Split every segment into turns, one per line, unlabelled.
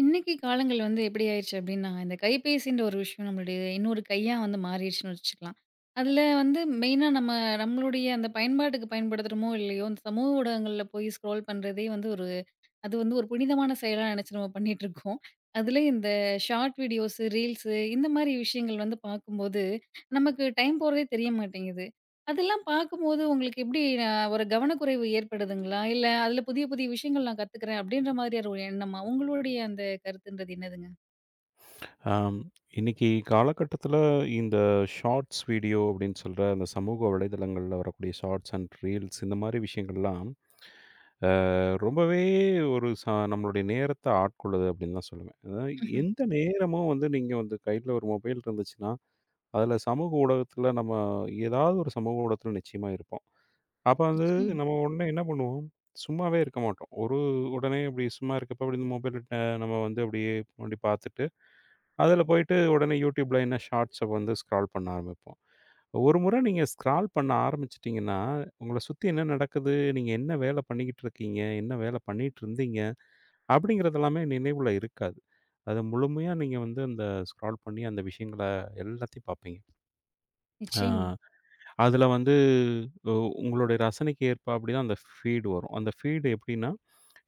இன்னைக்கு காலங்கள் வந்து எப்படி ஆயிருச்சு அப்படின்னா, இந்த கைபேசின்ற ஒரு விஷயம் நம்மளுடைய இன்னொரு கையா வந்து மாறிடுச்சுன்னு வச்சுக்கலாம். அதில வந்து மெயினா நம்ம நம்மளுடைய அந்த பயன்பாட்டுக்கு பயன்படுத்துறோமோ இல்லையோ, இந்த சமூக ஊடகங்கள்ல போய் ஸ்க்ரோல் பண்றதே வந்து ஒரு அது வந்து ஒரு புனிதமான செயலா நினைச்சு நம்ம பண்ணிட்டு இருக்கோம். அதுல இந்த ஷார்ட் வீடியோஸ், ரீல்ஸ் இந்த மாரி விஷயங்கள் வந்து பார்க்கும்போது, நமக்கு டைம் போறதே தெரிய மாட்டேங்குது. அதெல்லாம் பார்க்கும்போது உங்களுக்கு எப்படி ஒரு கவனக்குறைவு ஏற்படுதுங்களா? இல்ல அதுல புதிய, புதிய விஷயங்கள் நான் கத்துக்கிறேன் அப்படின்ற மாதிரியான ஒரு எண்ணமா? உங்களுடைய அந்த கருத்துன்றது என்னதுங்க?
ஆம், இன்னைக்கு காலகட்டத்தில் இந்த ஷார்ட்ஸ் வீடியோ அப்படின்னு சொல்கிற அந்த சமூக வலைதளங்களில் வரக்கூடிய ஷார்ட்ஸ் அண்ட் ரீல்ஸ் இந்த மாதிரி விஷயங்கள்லாம் ரொம்பவே ஒரு நம்மளுடைய நேரத்தை ஆட்கொள்ளுது அப்படின்னு தான் சொல்லுவேன். அதாவது
ம்ஹ்ம்.
எந்த நேரமும் வந்து நீங்கள் வந்து கையில் ஒரு மொபைல் இருந்துச்சுன்னா அதில் சமூக ஊடகத்தில் நம்ம ஏதாவது ஒரு சமூக ஊடகத்தில் நிச்சயமாக இருப்போம். அப்போ வந்து
நிச்சயம்.
நம்ம உடனே என்ன பண்ணுவோம்? சும்மாவே இருக்க மாட்டோம். ஒரு உடனே இப்படி சும்மா இருக்கப்ப அப்படி இந்த மொபைல் நம்ம வந்து அப்படியே அப்படி பார்த்துட்டு அதில போயிட்டு உடனே YouTubeல என்ன ஷார்ட்ஸ வந்து ஸ்க்ரால் பண்ண ஆரம்பிப்போம். ஒரு முறை நீங்க ஸ்க்ரால் பண்ண ஆரம்பிச்சுட்டீங்கன்னா, உங்கள சுத்தி என்ன நடக்குது? நீங்க என்ன வேலை பண்ணிக்கிட்டு இருக்கீங்க? என்ன வேலை பண்ணிட்டு இருந்தீங்க? அப்படிங்கிறது எல்லாமே நினைவுல இருக்காது. அது முழுமையா நீங்க வந்து அந்த ஸ்க்ரால் பண்ணி அந்த விஷயங்கள எல்லாத்தையும் பார்ப்பீங்க.
நிச்சயமா.
ஆ அதில வந்து உ உங்களுடைய ரசனைக்கு ஏற்பாப்படி தான் அந்த ஃபீட் வரும். அந்த ஃபீட் எப்படின்னா,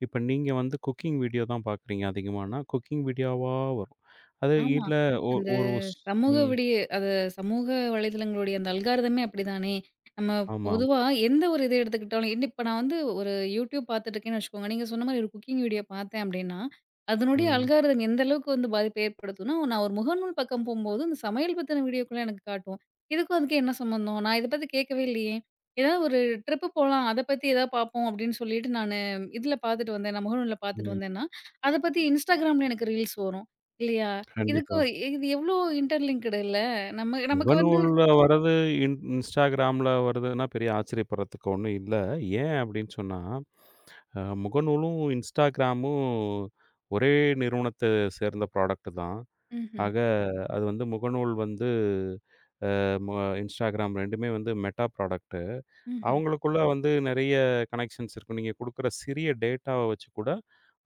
இப்ப நீங்க வந்து குக்கிங் வீடியோ தான் பார்க்குறீங்க அதிகமானா, குக்கிங் வீடியோவா வரும். அது
ஆமா.
இல்ல ஒ
அந்த
ஒரு ஸ்
சமூக
ம்.
விடிய அது சமூக வலைதளங்களுடைய அந்த அல்காரிதமே அப்படிதானே! நம்ம
ஆமா.
பொதுவா எந்த ஒரு இத எடுத்துக்கிட்டாலும் என்ன இப்ப நான் வந்து ஒரு YouTube பார்த்துட்டுருக்கேன்னு வச்சுக்கோங்க. நீங்க சொன்ன மாரி ஒரு குக்கிங் வீடியோ பார்த்தேன் அப்படின்னா, அதனுடைய
ம்.
அல்காரிதம் எந்த அளவுக்கு வந்து பாதிப்பை ஏற்படுத்தும்னா, நான் ஒரு முகநூல் பக்கம் போம்போது, இந்த சமையல் பத்தின வீடியோக்கெல்லாம் எனக்கு காட்டும். இதுக்கும் அதுக்கும் என்ன சம்மந்தம்? நான் இத பத்தி கேட்கவே இல்லையே! ஏதாவது ஒரு ட்ரிப் போலாம். அத பத்தி ஏதாவது பார்ப்போம் அப்படின்னு சொல்லிட்டு நானு இதுல பார்த்துட்டு வந்தேன். நான் முகநூல்ல பார்த்துட்டு
ம்.
வந்தேன்னா, அத பத்தி Instagramல எனக்கு ரீல்ஸ் வரும். இல்லையா? இதுக்கு
கண்டிப்பா.
இது எவ்ளோ இன்டர்லிங்க்டு இல்ல. நம்ம நமக்கு வந்து
முகநூல்ல வர்றது இன்ஸ்டாகிராம்ல வருதுன்னா பெரிய ஆச்சரியப்படுறதுக்கு ஒண்ணும் இல்ல. ஏன் அப்படின்னு சொன்னா, முகநூலும், இன்ஸ்டாகிராமும் ஒரே நிறுவனத்த சேர்ந்த ப்ராடக்ட் தான்.
ம்ஹ்ம்,
ஆக அது வந்து முகநூல் வந்து அ மு இன்ஸ்டாகிராம் 2மே வந்து மெட்டா ப்ராடக்ட்.
ம்ஹ்ம்.
அவங்களுக்குள்ள வந்து நெறைய கனெக்ஷன்ஸ் இருக்கும். நீங்க குடுக்குற சிறிய டேட்டாவ வச்சு கூட,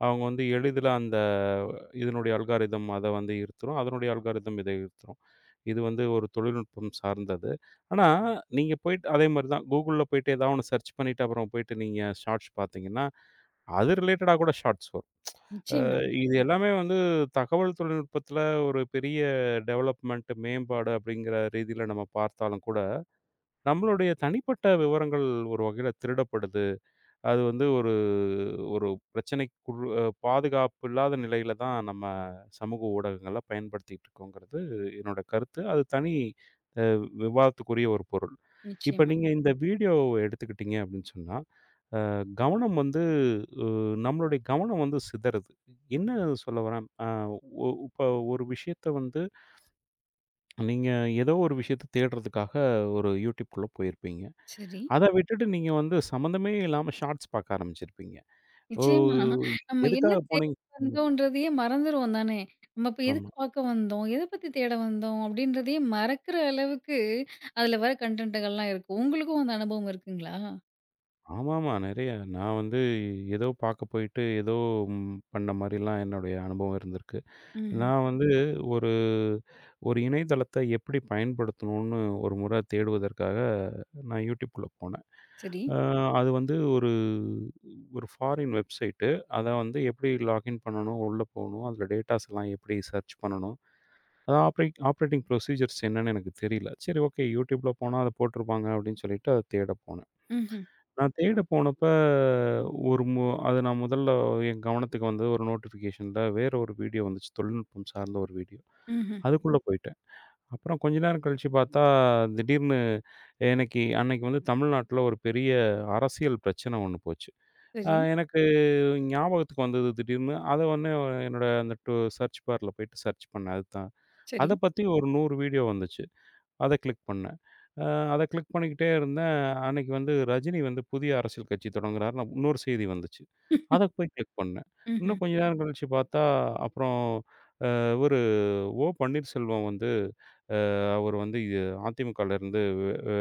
அவங்க வந்து எளிதில அந்த இதனுடைய அல்காரிதம் அத வந்து ஈர்த்துரும். அதனுடைய அல்காரிதம் இத ஈர்த்துரும். இது வந்து ஒரு தொழில்நுட்பம் சார்ந்தது. ஆனா, நீங்க போயிட்டு அதே மாரி தான் Googleல போயிட்டு ஏதாவது ஒண்ணு சர்ச் பண்ணிட்டு, அப்புறம் போயிட்டு நீங்க ஷார்ட்ஸ் பார்த்தீங்கன்னா, அது ரிலேட்டடா கூட ஷார்ட்ஸ் வரும். அ
நிச்சயமா,
இது எல்லாமே வந்து தகவல் தொழில்நுட்பத்தில ஒரு பெரிய டெவலப்மெண்ட், மேம்பாடு அப்படிங்கிற ரீதியில நம்ம பார்த்தாலும் கூட, நம்மளுடைய தனிப்பட்ட விவரங்கள் ஒரு வகையில திருடப்படுது. அது வந்து ஒரு ஒரு பிரச்சனைக்குள் பாதுகாப்பு இல்லாத நிலையில தான் நம்ம சமூக ஊடகங்கள பயன்படுத்திட்டு இருக்கோங்கிறது என்னோட கருத்து. அது தனி விவாதத்துக்குரிய ஒரு பொருள். இப்ப
நிச்சயமா.
நீங்க இந்த வீடியோ எடுத்துக்கிட்டீங்க அப்படின்னு சொன்னா, அ கவனம் வந்து அ நம்மளுடைய கவனம் வந்து சிதறுது. என்ன சொல்ல வரேன்? அ ஒ இப்ப ஒரு விஷயத்த வந்து நீங்க ஏதோ ஒரு விஷயத்த தேடுறதுக்காக ஒரு YouTubeக்குள்ள போயிருப்பீங்க.
சரி.
அத விட்டுட்டு நீங்க வந்து சம்மந்தமே இல்லாம ஷார்ட்ஸ் பார்க்க ஆரம்பிச்சிருப்பீங்க. ஓ!
நிச்சயமா நம்ம என்ன
எதுக்காக
தேட
போனீங்க? ம்.
வந்தோன்றதையே மறந்துருவோம் தானே! நம்ம இப்ப எதுக்கு
ஆமா.
பார்க்க வந்தோம்? எத பத்தி தேட வந்தோம்? அப்டின்றதையே மறக்கிற அளவுக்கு அதுல வர கன்டென்ட்டுகள்லாம் இருக்கும். உங்களுக்கும் அந்த அனுபவம் இருக்குங்களா?
ஆமாமா. நெறைய. நான் வந்து ஏதோ பார்க்க போயிட்டு, ஏதோ பண்ண மாரிலாம் என்னுடைய அனுபவம் இருந்திருக்கு.
ம்ஹ்ம்.
நான் வந்து ஒரு ஒரு இணையதளத்த எப்படி பயன்படுத்தணும்னு ஒரு முறை தேடுவதற்காக நான் YouTubeக்குள்ள போனேன்.
சரி.
அ அது வந்து ஒரு ஒரு ஃபாரின் வெப்சைட்டு. அத வந்து எப்படி லாகின் பண்ணணும், உள்ள போணும், அதில டேட்டாஸ்லாம் எப்படி சர்ச் பண்ணணும்? அது ஆப்ரேட்டிங் ப்ரொசீஜர்ஸ் என்னன்னு எனக்கு தெரியல. சரி, ஓகே, யூடியூப்ல போனா அத போட்டுருப்பாங்க அப்படின்னு சொல்லிட்டு அத தேட போனேன்.
ம்ஹ்ம்,
நான் தேட போனப்ப ஒரு மு அது நான் முதல்ல என் கவனத்துக்கு வந்தது, ஒரு நோட்டிஃபிகேஷன்ல வேற ஒரு வீடியோ வந்துச்சு. தொழில்நுட்பம் சார்ந்த ஒரு வீடியோ.
ம்ஹ்ம்.
அதுக்குள்ள போயிட்டேன். அப்புறம் கொஞ்ச நேரம் கழிச்சு பார்த்தா, திடீர்னு எனக்கு அன்னைக்கு வந்து தமிழ்நாட்டுல ஒரு பெரிய அரசியல் பிரச்சனை ஒண்ணு போச்சு.
சரி,
எனக்கு ஞாபகத்துக்கு வந்தது திடீர்னு. அத உடனே என்னோட அந்த டூ சர்ச் பார்ல போயிட்டு சர்ச் பண்ணேன். அது தான்
சரி.
அத பத்தி ஒரு 100 வீடியோ வந்துச்சு. அத கிளிக் பண்ணேன். அ அத கிளிக் பண்ணிக்கிட்டே இருந்தேன். அன்னைக்கு வந்து ரஜினி வந்து புதிய அரசியல் கட்சி தொடங்குறாருன்னு இன்னொரு செய்தி வந்துச்சு. அத போய் கிளிக் பண்ணேன்.
ம்ஹ்ம்,
இன்னும் கொஞ்ச நேரம் கழிச்சு பார்த்தா, அப்புறம் இவரு ஓ. பன்னீர்செல்வம் வந்து அவர் வந்து அதிமுகலேருந்து வெ வெ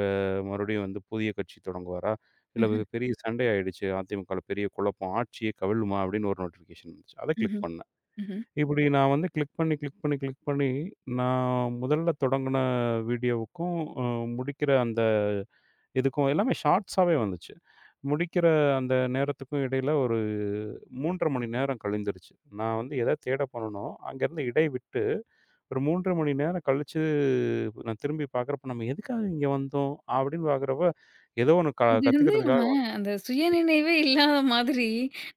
மறுபடியும் வந்து புதிய கட்சி தொடங்குவாரா? இல்ல
ம்ஹ்ம்,
பெரிய சண்டை ஆயிடுச்சு. அதிமுகல பெரிய குழப்பம். ஆட்சியே கவிழுமா? அப்படின்னு ஒரு நோட்டிஃபிகேஷன் வந்துச்சு. அத கிளிக்
ம்ஹ்ம்,
பண்ணேன்.
ம்ஹ்ம்.
இப்படி நான் வந்து கிளிக் பண்ணி, கிளிக் பண்ணி, கிளிக் பண்ணி, நான் முதல்ல தொடங்குன வீடியோவுக்கும், முடிக்கிற அந்த இதுக்கும் எல்லாமே ஷார்ட்ஸாவே வந்துச்சு. முடிக்கிற அந்த நேரத்துக்கும் இடையில ஒரு 3 1/2 மணி நேரம் கழிந்துருச்சு. நான் வந்து எத தேட போனேனோ, அங்கேருந்து இடை விட்டு ஒரு 3 1/2 மணி நேரம் கழிச்சு நான் திரும்பி பார்க்குறப்ப, "நம்ம எதுக்காக இங்க வந்தோம்?" அப்படின்னு பார்க்குறப்ப, ஏதோ ஒண்ணு
இது வந்து நம்ம
கத்துக்கிறதுக்காக.
அந்த சுயநினைவே இல்லாத மாதிரி,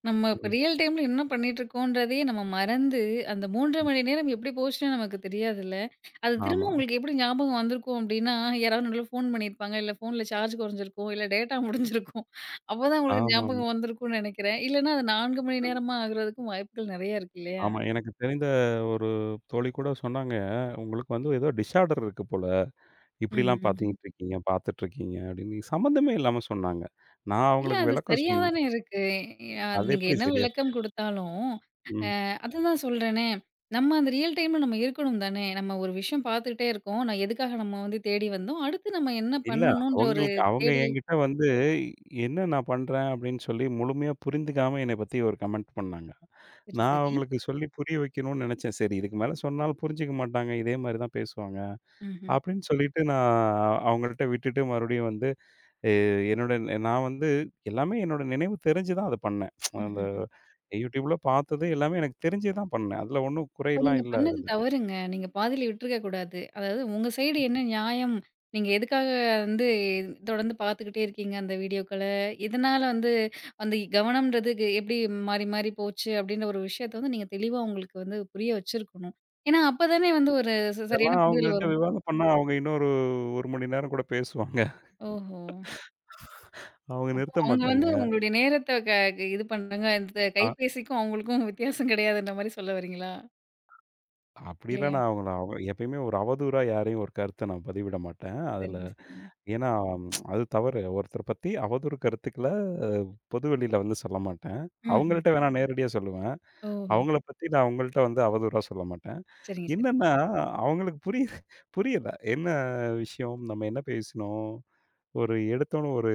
நம்ம இப்ப
ம்,
ரியல் டைம்ல என்ன பண்ணிட்டுருக்கோன்றதையே நம்ம மறந்து, அந்த 3½
ம்.
மணி நேரம் எப்படி போச்சுன்னு நமக்கு தெரியாதுல்ல. அது திரும்ப
ஆமா,
உங்களுக்கு எப்படி ஞாபகம் வந்திருக்கும் அப்படின்னா, யாராவது நடுவுல ஃபோன் பண்ணியிருப்பாங்க, இல்ல ஃபோன்ல சார்ஜ் குறைஞ்சிருக்கும், இல்ல டேட்டா முடிஞ்சிருக்கும். அப்பதான் உங்களுக்கு
ஆமாமா.
ஞாபகம் வந்திருக்கும்னு நெனைக்கிறேன். இல்லன்னா அது 4 மணி நேரமா ஆகுறதுக்கும் வாய்ப்புகள் நெறைய இருக்கு இல்லையா?
ஆமா. எனக்கு தெரிந்த ஒரு தோழி கூட சொன்னாங்க, "உங்களுக்கு வந்து ஏதோ டிஸார்டர் இருக்கு போல. இப்படிலாம்
ம்ஹ்ம்.
பாத்தீங்கிட்டு இருக்கீங்க, பாத்துட்ருக்கீங்க" அப்படின்னு சம்மந்தமே இல்லாம சொன்னாங்க. நான்
இல்ல
அவங்களுக்கு
அது
விளக்கம்
சரியா
சொன்னேன்.
தானே இருக்கு.
அது
நீங்க
எப்படி
என்ன
சரியா?
விளக்கம் குடுத்தாலும்,
ம்.
அதுதான் சொல்றேனே. நம்ம அந்த ரியல் டைம்ல நம்ம இருக்கணும் தானே! நம்ம ஒரு விஷயம் பார்த்துக்கிட்டே இருக்கோம். நான் எதுக்காக நம்ம வந்து தேடி வந்தோம்? அடுத்து நம்ம என்ன
இல்ல
பண்ணணுன்ற ஒரு
அவங்களுக்கு அவங்க
தேடல்
என்கிட்ட வந்து என்ன நான் பண்றேன் அப்படின்னு சொல்லி முழுமையா புரிந்துக்காம என்னைய பத்தி ஒரு கமெண்ட் பண்ணாங்க.
சரி,
நான்
சரி.
அவங்களுக்கு சொல்லி புரிய வைக்கணும்னு நெனச்சேன். சரி, இதுக்கு மேல சொன்னாலும் புரிஞ்சுக்க மாட்டாங்க. இதே மாரி தான் பேசுவாங்க.
ம்ஹ்ம்.
அப்படின்னு சொல்லிட்டு நான் அவங்கள்ட்ட விட்டுட்டு மறுபடியும் வந்து எ என்னோட நான் வந்து எல்லாமே என்னோட நினைவு தெரிஞ்சு தான் அத பண்ணேன். அந்த
ம்ஹ்ஹ்ம்.
YouTubeல பார்த்தது எல்லாமே எனக்கு தெரிஞ்சே தான் பண்ணேன். அதில ஒண்ணும்
இப்ப
குறைலாம்
நீங்க
இல்ல
பண்ணது
அதுல.
தவறுங்க. நீங்க பாதியில விட்டுருக்க கூடாது. அதாவது உங்க சைடு என்ன நியாயம்? நீங்க எதுக்காக வந்து தொடர்ந்து பார்த்துக்கிட்டே இருக்கீங்க அந்த வீடியோக்கள? இதனால வந்து அந்த கவனம்ன்றதுக்கு எப்படி மாறி, மாறி போச்சு அப்டின்ற ஒரு விஷயத்த வந்து நீங்க தெளிவா உங்களுக்கு வந்து புரிய வச்சிருக்கணும். ஏன்னா, அப்ப தானே வந்து ஒரு சரியான
இதெல்லாம்
புரிதல்
அவங்கள்ட்ட
வரும்.
விவாதம் பண்ணா அவங்க இன்னொரு 1 மணி நேரம் கூட பேசுவாங்க.
ஓஹோ!
அவங்க
அப்போ
நிறுத்த
அவங்க
மாட்டாங்க.
வந்து உங்களுடைய நேரத்த க க- இது பண்றாங்க. இந்த
அ
கைபேசிக்கும் அவங்களுக்கும் வித்தியாசம் கிடையாதுன்ற மாரி சொல்ல வரீங்களா?
அப்படிலாம்
இல்லையா?
நான் அவங்கள எப்பயுமே ஒரு அவதூறா யாரையும் ஒரு கருத்த நான் பதிவிட மாட்டேன். அதில
சரிங்க, சரிங்க.
ஏன்னா அது தவறு. ஒருத்தர பத்தி அவதூறு கருத்துக்கள பொது வெளியில வந்து சொல்ல மாட்டேன்.
ம்ஹ்ம்.
அவங்கள்ட்ட வேணா நேரடியா சொல்லுவேன்.
ஓஹோ!
அவங்கள பத்தி நான் அவங்கள்ட்ட வந்து அவதூறா சொல்ல மாட்டேன்.
சரிங்க, சரிங்க.
என்னன்னா, அவங்களுக்கு புரியல. என்ன விஷயம்? நம்ம என்ன பேசினோம்? ஒரு எடுத்தோனே ஒரு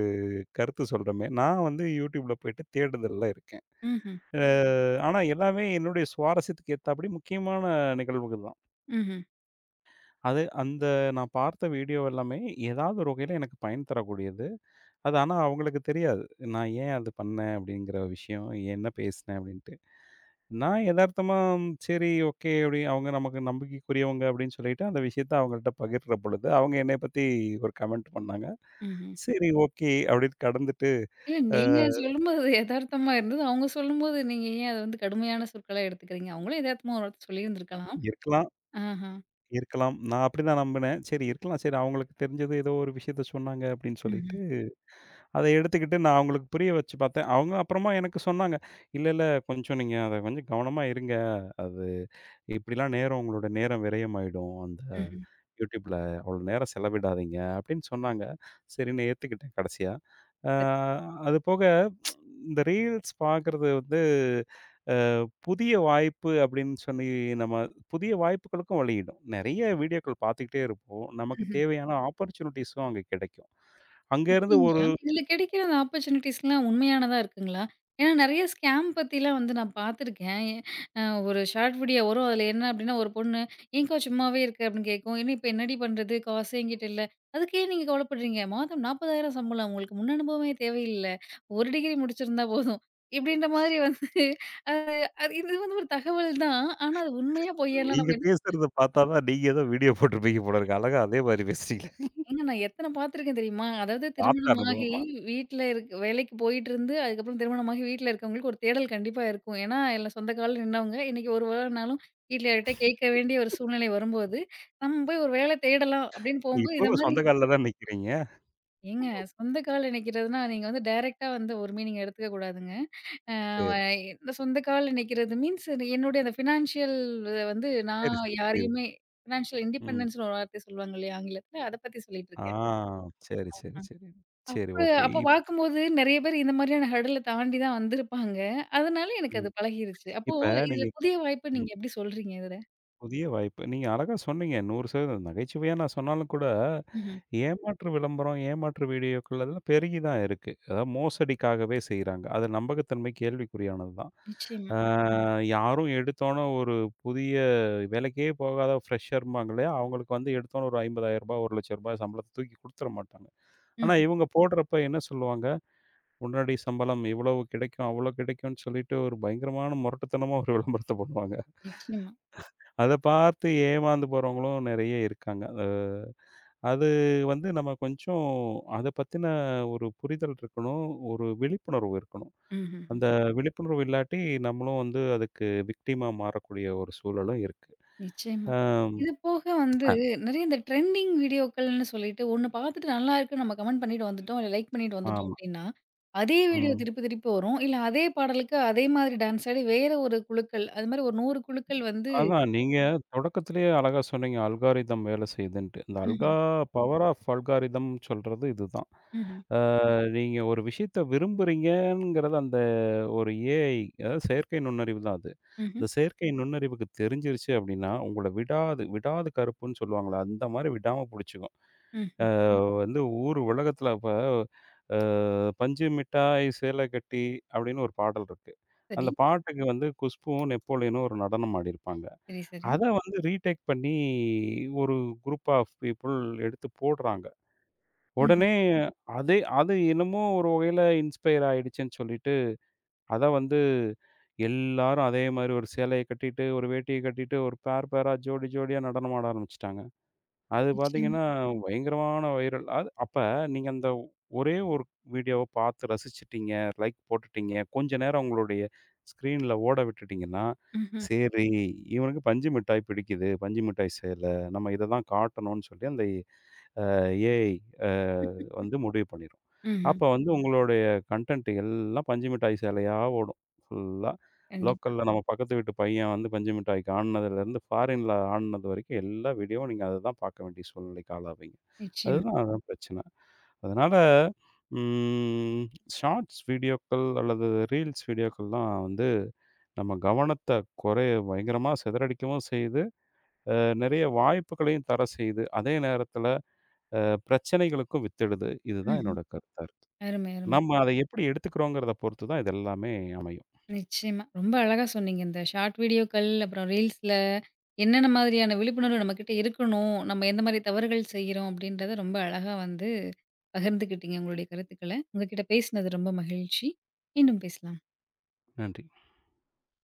கருத்து சொல்றோமே. நான் வந்து YouTubeல போயிட்டு தேடுதல்ல இருக்கேன்.
ம்ஹ்ம்.
அ ஆனா எல்லாமே என்னுடைய சுவாரஸ்யத்துக்கு ஏத்தாப்படி முக்கியமான நிகழ்வுகள் தான்.
ம்ஹ்ம்.
அது அந்த நான் பார்த்த வீடியோ எல்லாமே ஏதாவது ஒரு வகையில எனக்கு பயன் தரக்கூடியது. அது ஆனா அவங்களுக்கு தெரியாது. நான் ஏன் அது பண்ணேன் அப்படிங்கிற விஷயம், என்ன பேசினேன் அப்படின்ட்டு. நான் எதார்த்தமா சரி, ஓகே, அப்படி அவங்க நமக்கு நம்பிக்கைக்குரியவங்க அப்படின்னு சொல்லிட்டு அந்த விஷயத்த அவங்கள்ட்ட பகிர்ற பொழுது, அவங்க என்னைய பத்தி ஒரு கமெண்ட் பண்ணாங்க.
ம்ஹ்ம்.
சரி, ஓகே, அப்படின்னு கடந்துட்டு
இல்ல
அ
நீங்க சொல்லும்போது எதார்த்தமா இருந்தது. அவங்க சொல்லும்போது நீங்க ஏன் அத வந்து கடுமையான சொற்களா எடுத்துக்கிறீங்க? அவங்களும் எதார்த்தமா ஒரு வார்த்தை சொல்லியிருந்திருக்கலாம்.
இருக்கலாம்,
ஆஹா.
இருக்கலாம். நான் அப்படிதான் நம்பினேன். சரி, இருக்கலாம். சரி, அவங்களுக்கு தெரிஞ்சது ஏதோ ஒரு விஷயத்த சொன்னாங்க அப்படின்னு சொல்லி.
ம்ஹ்ம்.
அத எடுத்துக்கிட்டு நான் அவங்களுக்கு புரிய வச்சு பார்த்தேன். அவங்க அப்புறமா எனக்கு சொன்னாங்க. "இல்ல, இல்ல கொஞ்சம் நீங்க அத கொஞ்சம் கவனமா இருங்க. அது இப்படிலாம் நேரம் உங்களோட நேரம் விரயமாயிடும். அந்த
ம்ஹ்ம்.
யூடியூப்ல அவ்வளோ நேரம் செலவிடாதீங்க" அப்படின்னு சொன்னாங்க. சரின்னு ஏத்துக்கிட்டேன் கடைசியா. அ
சரி.
அது போக இந்த ரீல்ஸ் பார்க்கறது வந்து அ புதிய வாய்ப்பு அப்படின்னு சொல்லி நம்ம புதிய வாய்ப்புகளுக்கும் வழியிடும். நெறைய வீடியோக்கள் பார்த்துக்கிட்டே இருப்போம். நமக்கு
ம்ஹ்ம்.
தேவையான ஆப்பர்ச்சுனிட்டீஸும் அங்க கிடைக்கும். அங்கேருந்து ஒரு
அப்டிங்களா? இதுல கிடைக்கிற அந்த ஆப்பர்ச்சுனிட்டீஸ்லாம் உண்மையானதா இருக்குங்களா? ஏன்னா நெறைய ஸ்கேம் பத்திலாம் வந்து நான் பார்த்துருக்கேன். அ ஒரு ஷார்ட் வீடியோ வரும். அதுல என்ன அப்டின்னா ஒரு பொண்ணு, "ஏன்க்கா சும்மாவே இருக்க?" அப்டின்னு கேட்கும். "என்ன இப்ப என்னடி பண்றது? காசு என்கிட்ட இல்ல." "அதுக்கு ஏன் நீங்க கவலைப்படுறீங்க? மாதம் 40,000 சம்பளம். உங்களுக்கு முன் அனுபவமே தேவையில்ல. ஒரு டிகிரி முடிச்சிருந்தா போதும்." இப்படின்ற மாரி வந்து அது அது இது வந்து ஒரு தகவல் தான். ஆனா அது உண்மையா பொய்யான்லாம்
நீங்க
நம்ம
பேசுறத பார்த்தா தான், நீங்க ஏதோ வீடியோ போட்டிருப்பீங்க போல இருக்கு. அழகா அதே மாதிரி பேசுறீங்களே.
ஏங்க நான் எத்தன பார்த்துருக்கேன் தெரியுமா? அதாவது
பார்த்த
திருமணமாகி
அனுபவமா?
வீட்ல இருக்க வேலைக்கு போயிட்டுருந்து, அதுக்கப்புறம் திருமணமாகி வீட்ல இருக்கவங்களுக்கு ஒரு தேடல் கண்டிப்பா இருக்கும். ஏன்னா, எல்லா சொந்த கால்ல நின்னவங்க, இன்னைக்கு ஒரு வேலைனாலும் வீட்ல யார்கிட்டயோ கேட்க வேண்டிய ஒரு சூழ்நிலை வரும்போது, நம்ம போய் ஒரு வேலை தேடலாம் அப்டின்னு போம்போது, இந்த
இப்பவும்
மாரி
சொந்த கால்ல தான் நிக்கிறீங்க.
ஏங்க சொந்த கால்ல நிக்கிறதுனா, நீங்க வந்து டைரக்ட்டா வந்து ஒரு மீனிங் எடுத்துக்க கூடாதுங்க. அ
சரி,
இந்த சொந்த கால்ல நிக்கிறது மீன்ஸ் என்னுடைய அந்த ஃபினான்ஷியல் வந்து
சரி,
நான்
சரி.
யாரையுமே
புரியுது.
ஃபினான்ஷியல்
ம்.
இண்டிபெண்டன்ஸ்ன்னு ஒரு வார்த்தை சொல்லுவாங்க இல்லையா ஆங்கிலத்துல? அத பத்தி
ஆ
சொல்லிட்டுருக்கேன்.
சரி, சரி, சரி. சரி,
அப்ப
ஓகே.
அப்ப பார்க்கும்போது நெறைய பேர் இந்த மாரியான ஹர்டல தாண்டி தான் வந்திருப்பாங்க. அதனால எனக்கு
ம்.
அது பழகிருச்சு. அப்போ
இப்ப
இதுல
நீங்க
புதிய வாய்ப்பு நீங்க
ம்.
எப்படி சொல்றீங்க இதுல?
புதிய வாய்ப்பு. நீங்க அழகா சொன்னீங்க. 100% நகைச்சுவையா நான் சொன்னாலும் கூட
ம்ஹ்ம்.
ஏமாற்று விளம்பரம், ஏமாற்று வீடியோக்கள் அதெல்லாம் பெருகி தான் இருக்கு. அதாவது மோசடிக்காகவே செய்றாங்க. அது நம்பகத்தன்மை கேள்விக்குறியானது தான்.
நிச்சயமா.
ஆ யாரும் எடுத்தோனே ஒரு புதிய வேலைக்கே போகாத ஃப்ரெஷர்ம்பாங்களே, அவங்களுக்கு வந்து எடுத்தோனே ஒரு ரூ. 50,000 ரூ. 1,00,000 சம்பளத்த தூக்கி குடுத்துற மாட்டாங்க. ஆனா
ம்ஹ்ம்.
இவங்க போடுறப்ப என்ன சொல்லுவாங்க, உடனடி சம்பளம் இவ்வளவு கிடைக்கும், அவ்வளோ கிடைக்கும்னு சொல்லிட்டு ஒரு பயங்கரமான முரட்டுத்தனமா ஒரு விளம்பரத்த போடுவாங்க.
நிச்சயமா.
அத பார்த்து ஏமாந்து போறவங்களும் நெறைய இருக்காங்க. அது வந்து நம்ம கொஞ்சம் அத பத்தின ஒரு புரிதல் இருக்கணும். ஒரு விழிப்புணர்வு இருக்கணும்.
ம்ஹ்ஹ்ம்.
அந்த விழிப்புணர்வு இல்லாட்டி நம்மளும் வந்து அதுக்கு விக்டிமா மாறக்கூடிய ஒரு சூழலும் இருக்கு.
நிச்சயமா.
அ
இது போக வந்து நெறைய இந்த ட்ரெண்டிங் வீடியோக்கள்னு சொல்லிட்டு ஒண்ணு பார்த்துட்டு நல்லா இருக்குன்னு நம்ம கமெண்ட் பண்ணிட்டு வந்துட்டோம், இல்ல லைக் பண்ணிட்டு வந்துட்டோம்
ஆமா.
அப்படின்னா, அதே வீடியோ
ம்.
திருப்பி திருப்பி வரும். இல்ல அதே பாடலுக்கு அதே மாதிரி டான்ஸ் ஆடி வேற ஒரு குழுக்கள், அது மாரி ஒரு 100 குழுக்கள் வந்து
அதான் நீங்க தொடக்கத்திலேயே அழகா சொன்னீங்க. அல்காரிதம் வேலை செய்யுதுன்ட்டு. இந்த அல்கா
ம்ஹ்ம்.
பவர் ஆஃப் அல்காரிதம் சொல்றது இதுதான்.
ம்ஹ்ம்.
ஆ நீங்க ஒரு விஷயத்த விரும்புறீங்கங்கிறது அந்த ஒரு ஏஐ அதாவது செயற்கை நுண்ணறிவு தான் அது.
ம்ஹ்ம்.
இந்த செயற்கை நுண்ணறிவுக்கு தெரிஞ்சிருச்சு அப்படின்னா, உங்கள விடாது விடாது கருப்புன்னு சொல்லுவாங்கல்ல, அந்த மாரி விடாம புடிச்சுக்கும்.
ம்ஹ்ம்.
இப்ப வந்து ஊர் உலகத்தில இப்ப அ "பஞ்சு மிட்டாய் சேலை கட்டி" அப்படின்னு ஒரு பாடல் இருக்கு.
சரி.
அந்த பாட்டுக்கு வந்து குஷ்புவும், நெப்போலியனும் ஒரு நடனம் ஆடியிருப்பாங்க.
சரி, சரி.
அத வந்து ரீடேக் பண்ணி ஒரு குரூப் ஆஃப் பீப்பிள் எடுத்து போடுறாங்க.
ம்.
உடனே அதே அது என்னமோ ஒரு வகையில இன்ஸ்பயர் ஆயிடுச்சுன்னு சொல்லிட்டு, அத வந்து எல்லாரும் அதே மாரி ஒரு சேலைய கட்டிட்டு, ஒரு வேட்டிய கட்டிட்டு, ஒரு பேர் பேரா, ஜோடி ஜோடியா நடனமாட ஆரம்பிச்சுட்டாங்க. அது
நிச்சயமா.
பார்த்தீங்கன்னா, பயங்கரமான வைரல். அது அப்ப நீங்க அந்த ஒரே ஒரு வீடியோவ பார்த்து ரசிச்சுட்டீங்க, லைக் போட்டுட்டீங்க. கொஞ்ச நேரம் உங்களுடைய ஸ்க்ரீன்ல ஓட விட்டுட்டீங்கன்னா,
ம்ஹ்ம்.
சரி இவனுக்கு பஞ்சு மிட்டாய் பிடிக்குது. பஞ்சு மிட்டாய் சேல. நம்ம இத தான் காட்டணும்னு சொல்லி அந்த ஏஐ அ வந்து முடிவு பண்ணிரும்.
ம்ஹ்ம்.
அப்ப வந்து உங்களுடைய கன்டென்ட் எல்லாம் பஞ்சு மிட்டாய் சேலையா ஓடும். ஃபுல்லா
கண்டிப்பா.
லோக்கல்ல நம்ம பக்கத்து வீட்டு பையன் வந்து பஞ்சு மிட்டாய்க்கு ஆடுனதுலேருந்து, ஃபாரின்ல ஆடுனது வரைக்கும் எல்லா வீடியோவும் நீங்க அத தான் பார்க்க வேண்டிய சூழ்நிலைக்கு ஆளாவீங்க.
நிச்சயமா.
அதுதான் அதான் பிரச்சனை. அதனால ம் ஷார்ட்ஸ் வீடியோக்கள் அல்லது ரீல்ஸ் வீடியோக்கள்லாம் வந்து நம்ம கவனத்த குறைய பயங்கரமா சிதறடிக்கவும் செய்யுது. அ நெறைய வாய்ப்புகளையும் தர செய்யுது. அதே நேரத்தில அ பிரச்சனைகளுக்கும் வித்திடுது. இதுதான்
ம்ஹ்ம்.
என்னோட கருத்தா இருக்கு.
அருமை, அருமை.
நம்ம அத எப்படி எடுத்துக்கிறோங்கிறத பொறுத்து தான் இது எல்லாமே அமையும்.
நிச்சயமா. ரொம்ப அழகா சொன்னீங்க. இந்த ஷார்ட் வீடியோக்கள், அப்புறம் ரீல்ஸ்ல என்னென்ன மாதிரியான விழிப்புணர்வு நம்மகிட்ட இருக்கணும், நம்ம எந்த மாரி தவறுகள் செய்கிறோம் அப்படின்றத ரொம்ப அழகா வந்து பகிர்ந்துக்கிட்டீங்க உங்களுடைய கருத்துக்கள. உங்க கிட்ட பேசினது ரொம்ப மகிழ்ச்சி. மீண்டும் பேசலாம்.
நன்றி.